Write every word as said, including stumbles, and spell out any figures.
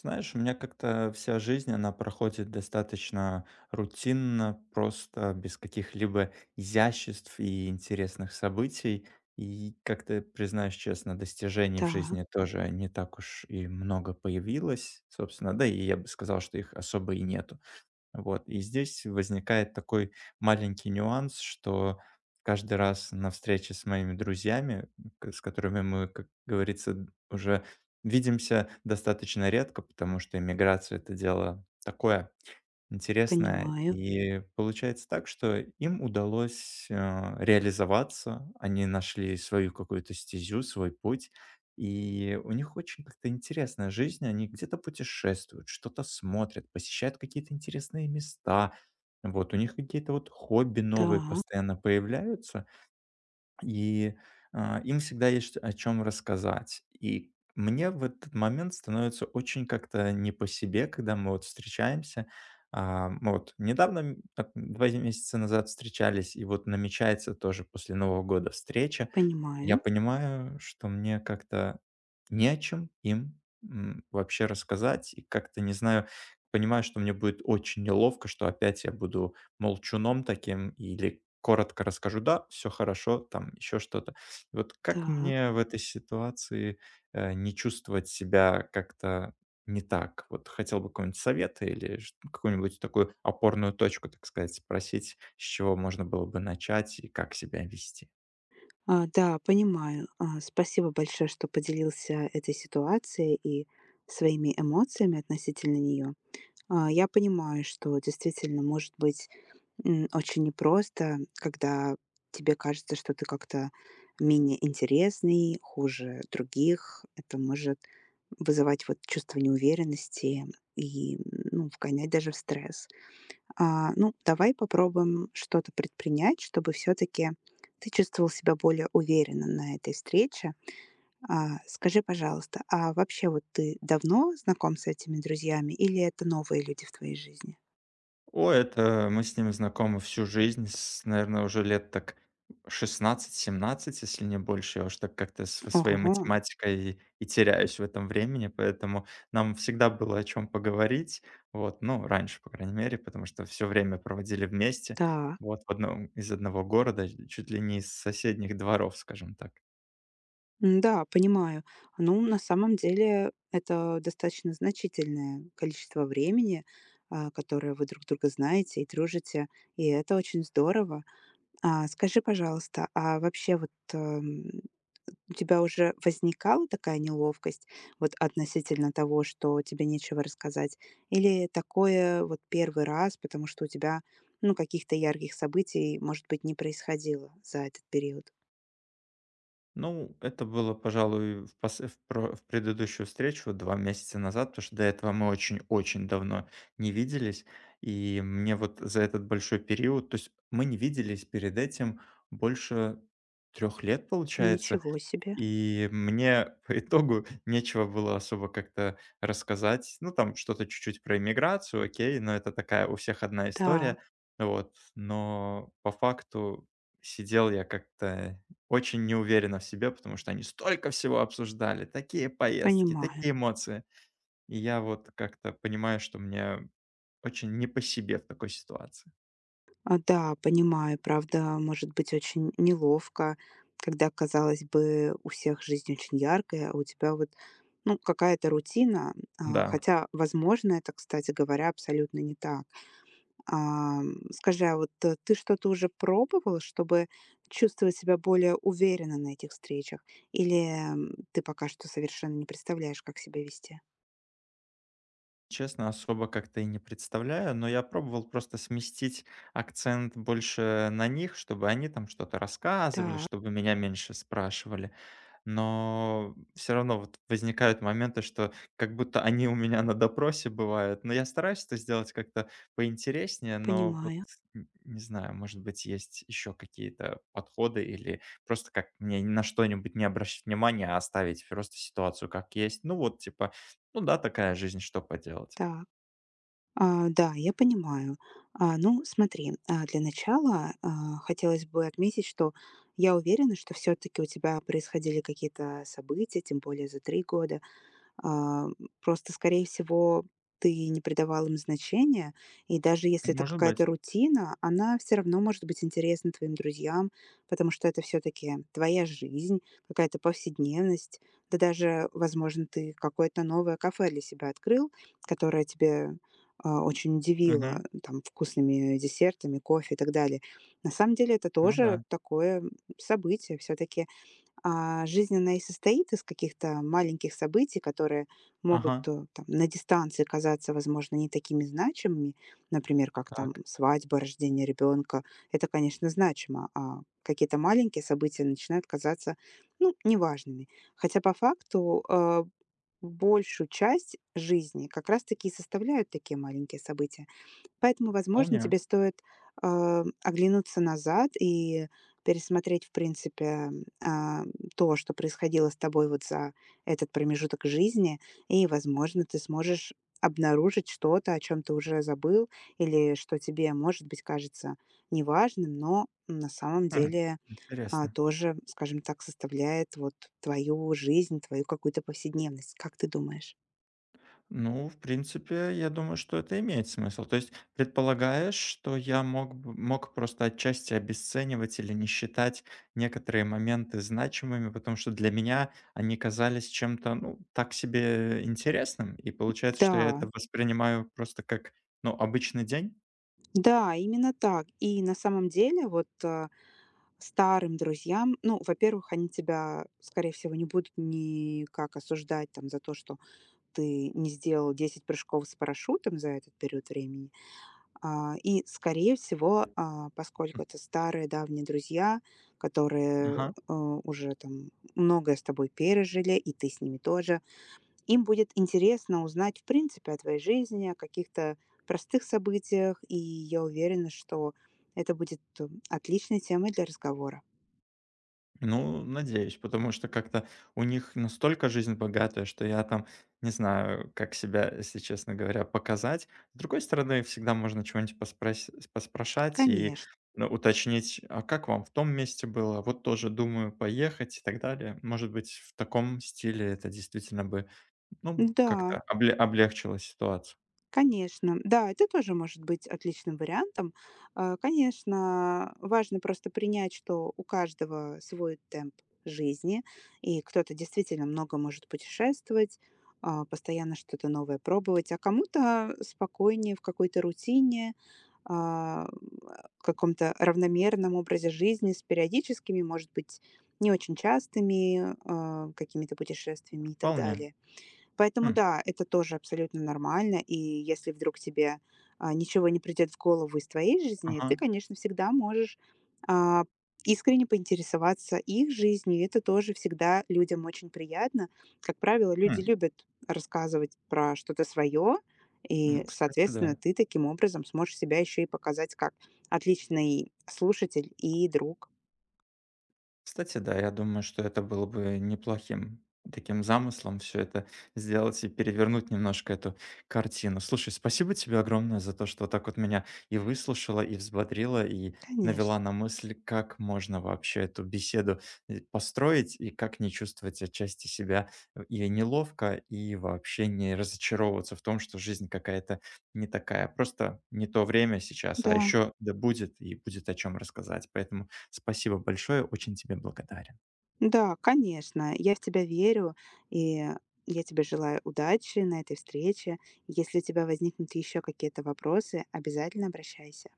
Знаешь, у меня как-то вся жизнь, она проходит достаточно рутинно, просто без каких-либо изяществ и интересных событий. И как-то, признаюсь честно, достижений в Так, жизни тоже не так уж и много появилось, собственно, да и я бы сказал, что их особо и нету. Вот, и здесь возникает такой маленький нюанс, что каждый раз на встрече с моими друзьями, к- с которыми мы, как говорится, д- уже видимся достаточно редко, потому что иммиграция — это дело такое. Интересно. понимаю. И получается так, что им удалось, а, реализоваться. Они нашли свою какую-то стезю, свой путь. И у них очень как-то интересная жизнь. Они где-то путешествуют, что-то смотрят, посещают какие-то интересные места. Вот у них какие-то вот хобби новые Так, постоянно появляются. И, а, им всегда есть о чем рассказать. И мне в этот момент становится очень как-то не по себе, когда мы вот встречаемся. А, мы вот недавно, м, так два месяца назад встречались, и вот намечается тоже после Нового года встреча. Я понимаю. понимаю, что мне как-то не о чем им, м, вообще рассказать, и как-то не знаю, понимаю, что мне будет очень неловко, что опять я буду молчуном таким или коротко расскажу: "Да, все хорошо", там еще что-то. И Вот как Так. мне в этой ситуации, э, не чувствовать себя как-то не так? Вот хотел бы какого-нибудь совета или чт какую-нибудь такую опорную точку, так сказать, спросить, с чего можно было бы начать и как себя вести. А, да, понимаю. А, спасибо большое, что поделился этой ситуацией и своими эмоциями относительно нее. А, я понимаю, что действительно может быть м, очень непросто, когда тебе кажется, что ты как-то менее интересный, хуже других. Это может вызывать вот чувство неуверенности и, ну, вгонять даже в стресс. А, ну, давай попробуем что-то предпринять, чтобы все-таки ты чувствовал себя более уверенно на этой встрече. А, скажи, пожалуйста, а вообще вот ты давно знаком с этими друзьями или это новые люди в твоей жизни? О, это мы с ним знакомы всю жизнь, с, наверное, уже лет так шестнадцать-семнадцать, если не больше. Я уж так как-то со своей Ого, математикой и теряюсь в этом времени, поэтому нам всегда было о чем поговорить. Вот, ну, раньше, по крайней мере, потому что все время проводили вместе, так. вот, в одном, из одного города, чуть ли не из соседних дворов, скажем так. М, да, понимаю. Ну, на самом деле это достаточно значительное количество времени, а, которое вы друг друга знаете и дружите, и это очень здорово. А, скажи, пожалуйста, а вообще вот эм, у тебя уже возникала такая неловкость вот относительно того, что тебе нечего рассказать? Или такое вот первый раз, потому что у тебя, ну, каких-то ярких событий, может быть, не происходило за этот период? Ну, это было, пожалуй, в, пос- в про- в предыдущую встречу два месяца назад, потому что до этого мы очень-очень давно не виделись. И мне вот за этот большой период, то есть мы не виделись перед этим больше трех лет, получается. Ничего себе. И мне по итогу нечего было особо как-то рассказать. Ну, там что-то чуть-чуть про иммиграцию, окей, но это такая у всех одна Да, история. Вот. Но по факту сидел я как-то очень неуверенно в себе, потому что они столько всего обсуждали, такие поездки, понимаю. такие эмоции. И я вот как-то понимаю, что мне очень не по себе в такой ситуации. А, да, понимаю. Правда, может быть очень неловко, когда, казалось бы, у всех жизнь очень яркая, а у тебя вот, ну, какая-то рутина. А, Да. хотя, возможно, это, кстати говоря, абсолютно не так. Ам, скажи, а вот, э, ты что-то уже пробовала, чтобы чувствовать себя более уверенно на этих встречах? Или, м, ты пока что совершенно не представляешь, как себя вести? Честно, особо как-то и не представляю, но я пробовал просто сместить акцент больше на них, чтобы они там что-то рассказывали, Так, чтобы меня меньше спрашивали. Но все равно вот возникают моменты, что как будто они у меня на допросе бывают. Но я стараюсь это сделать как-то поинтереснее, но вот понимаю. н не знаю, может быть, есть еще какие-то подходы или просто как мне ни на что-нибудь не обращать внимания, а оставить просто ситуацию как есть. Ну вот типа, ну да, такая жизнь, что поделать. Так. А, да, я понимаю. А, ну, смотри, а, для начала, а, хотелось бы отметить, что я уверена, что все таки у тебя происходили какие-то события, тем более за три года. А, просто, скорее всего, ты не придавал им значения, и даже если это Может какая-то быть. рутина, она все равно может быть интересна твоим друзьям, потому что это все таки твоя жизнь, какая-то повседневность. Да даже, возможно, ты какое-то новое кафе для себя открыл, которое тебе, а, очень удивило, Мгм. там, вкусными десертами, кофе и так далее. На самом деле это Ну тоже да. такое событие. Все таки, а, жизнь, она и состоит из каких-то маленьких событий, которые могут Ага. э, там, на дистанции казаться, возможно, не такими значимыми, например, как там Так. свадьба, рождение ребенка. Это, конечно, значимо, а какие-то маленькие события начинают казаться, ну, неважными. Хотя по факту э, большую часть жизни как раз-таки и составляют такие маленькие события. Поэтому, возможно, Вполне. тебе стоит, а, оглянуться назад и пересмотреть, в принципе, а, то, что происходило с тобой вот за этот промежуток жизни. И, возможно, ты сможешь обнаружить что-то, о чем ты уже забыл или что тебе, может быть, кажется неважным, но на самом М, деле, а, интересно. тоже, скажем так, составляет вот твою жизнь, твою какую-то повседневность. Как ты думаешь? Ну, в принципе, я думаю, что это имеет смысл. То есть предполагаешь, что я мог бы мог просто отчасти обесценивать или не считать некоторые моменты значимыми, потому что для меня они казались чем-то, ну, так себе интересным, и получается, что я Да, это воспринимаю просто как, ну, обычный день? да, именно так. И на самом деле вот, а старым друзьям, ну, во-первых, они тебя, скорее всего, не будут никак осуждать там за то, что ты не сделал десять прыжков с парашютом за этот период времени. А, и, скорее всего, а, поскольку М. это старые давние друзья, которые Ага. э, уже там многое с тобой пережили, и ты с ними тоже, им будет интересно узнать, в принципе, о твоей жизни, о каких-то простых событиях, и я уверена, что это будет э, отличной темой для разговора. Ну, надеюсь, потому что как-то у них настолько жизнь богатая, что я там не знаю, как себя, если честно говоря, показать. С другой стороны, всегда можно чего-нибудь поспрос- поспрашать и, Конечно. ну, уточнить, а как вам в том месте было, вот тоже думаю поехать и так далее. Может быть, в таком стиле это действительно бы, ну, Да, как-то обле- облегчило ситуацию. конечно. Да, это тоже может быть отличным вариантом. А, Конечно, важно просто принять, что у каждого свой темп жизни, и кто-то действительно много может путешествовать, а, постоянно что-то новое пробовать, а кому-то спокойнее в какой-то рутине, а, каком-то равномерном образе жизни с периодическими, может быть, не очень частыми а, какими-то путешествиями и так Вполне. далее. Поэтому Хм, да, это тоже абсолютно нормально. И если вдруг тебе а, ничего не придет в голову из твоей жизни, ты, ага. конечно, всегда можешь а, искренне поинтересоваться их жизнью. И это тоже всегда людям очень приятно. Как правило, люди Хм. любят рассказывать про что-то свое, и, Ну, кстати, да. соответственно, ты таким образом сможешь себя еще и показать как отличный слушатель и друг. Кстати, да, я думаю, что это было бы неплохим таким замыслом все это сделать и перевернуть немножко эту картину. Слушай, спасибо тебе огромное за то, что вот так вот меня и выслушала, и взбодрила, и Конечно, навела на мысль, как можно вообще эту беседу, э, построить и как не чувствовать отчасти себя э, и неловко, и вообще не разочаровываться в том, что жизнь какая-то не такая. Просто не то время сейчас, а да. еще да будет, и будет о чем рассказать. Поэтому спасибо большое, очень тебе благодарен. Да, конечно, я в тебя верю, и я тебе желаю удачи на этой встрече. Если у тебя возникнут еще какие-то вопросы, обязательно обращайся.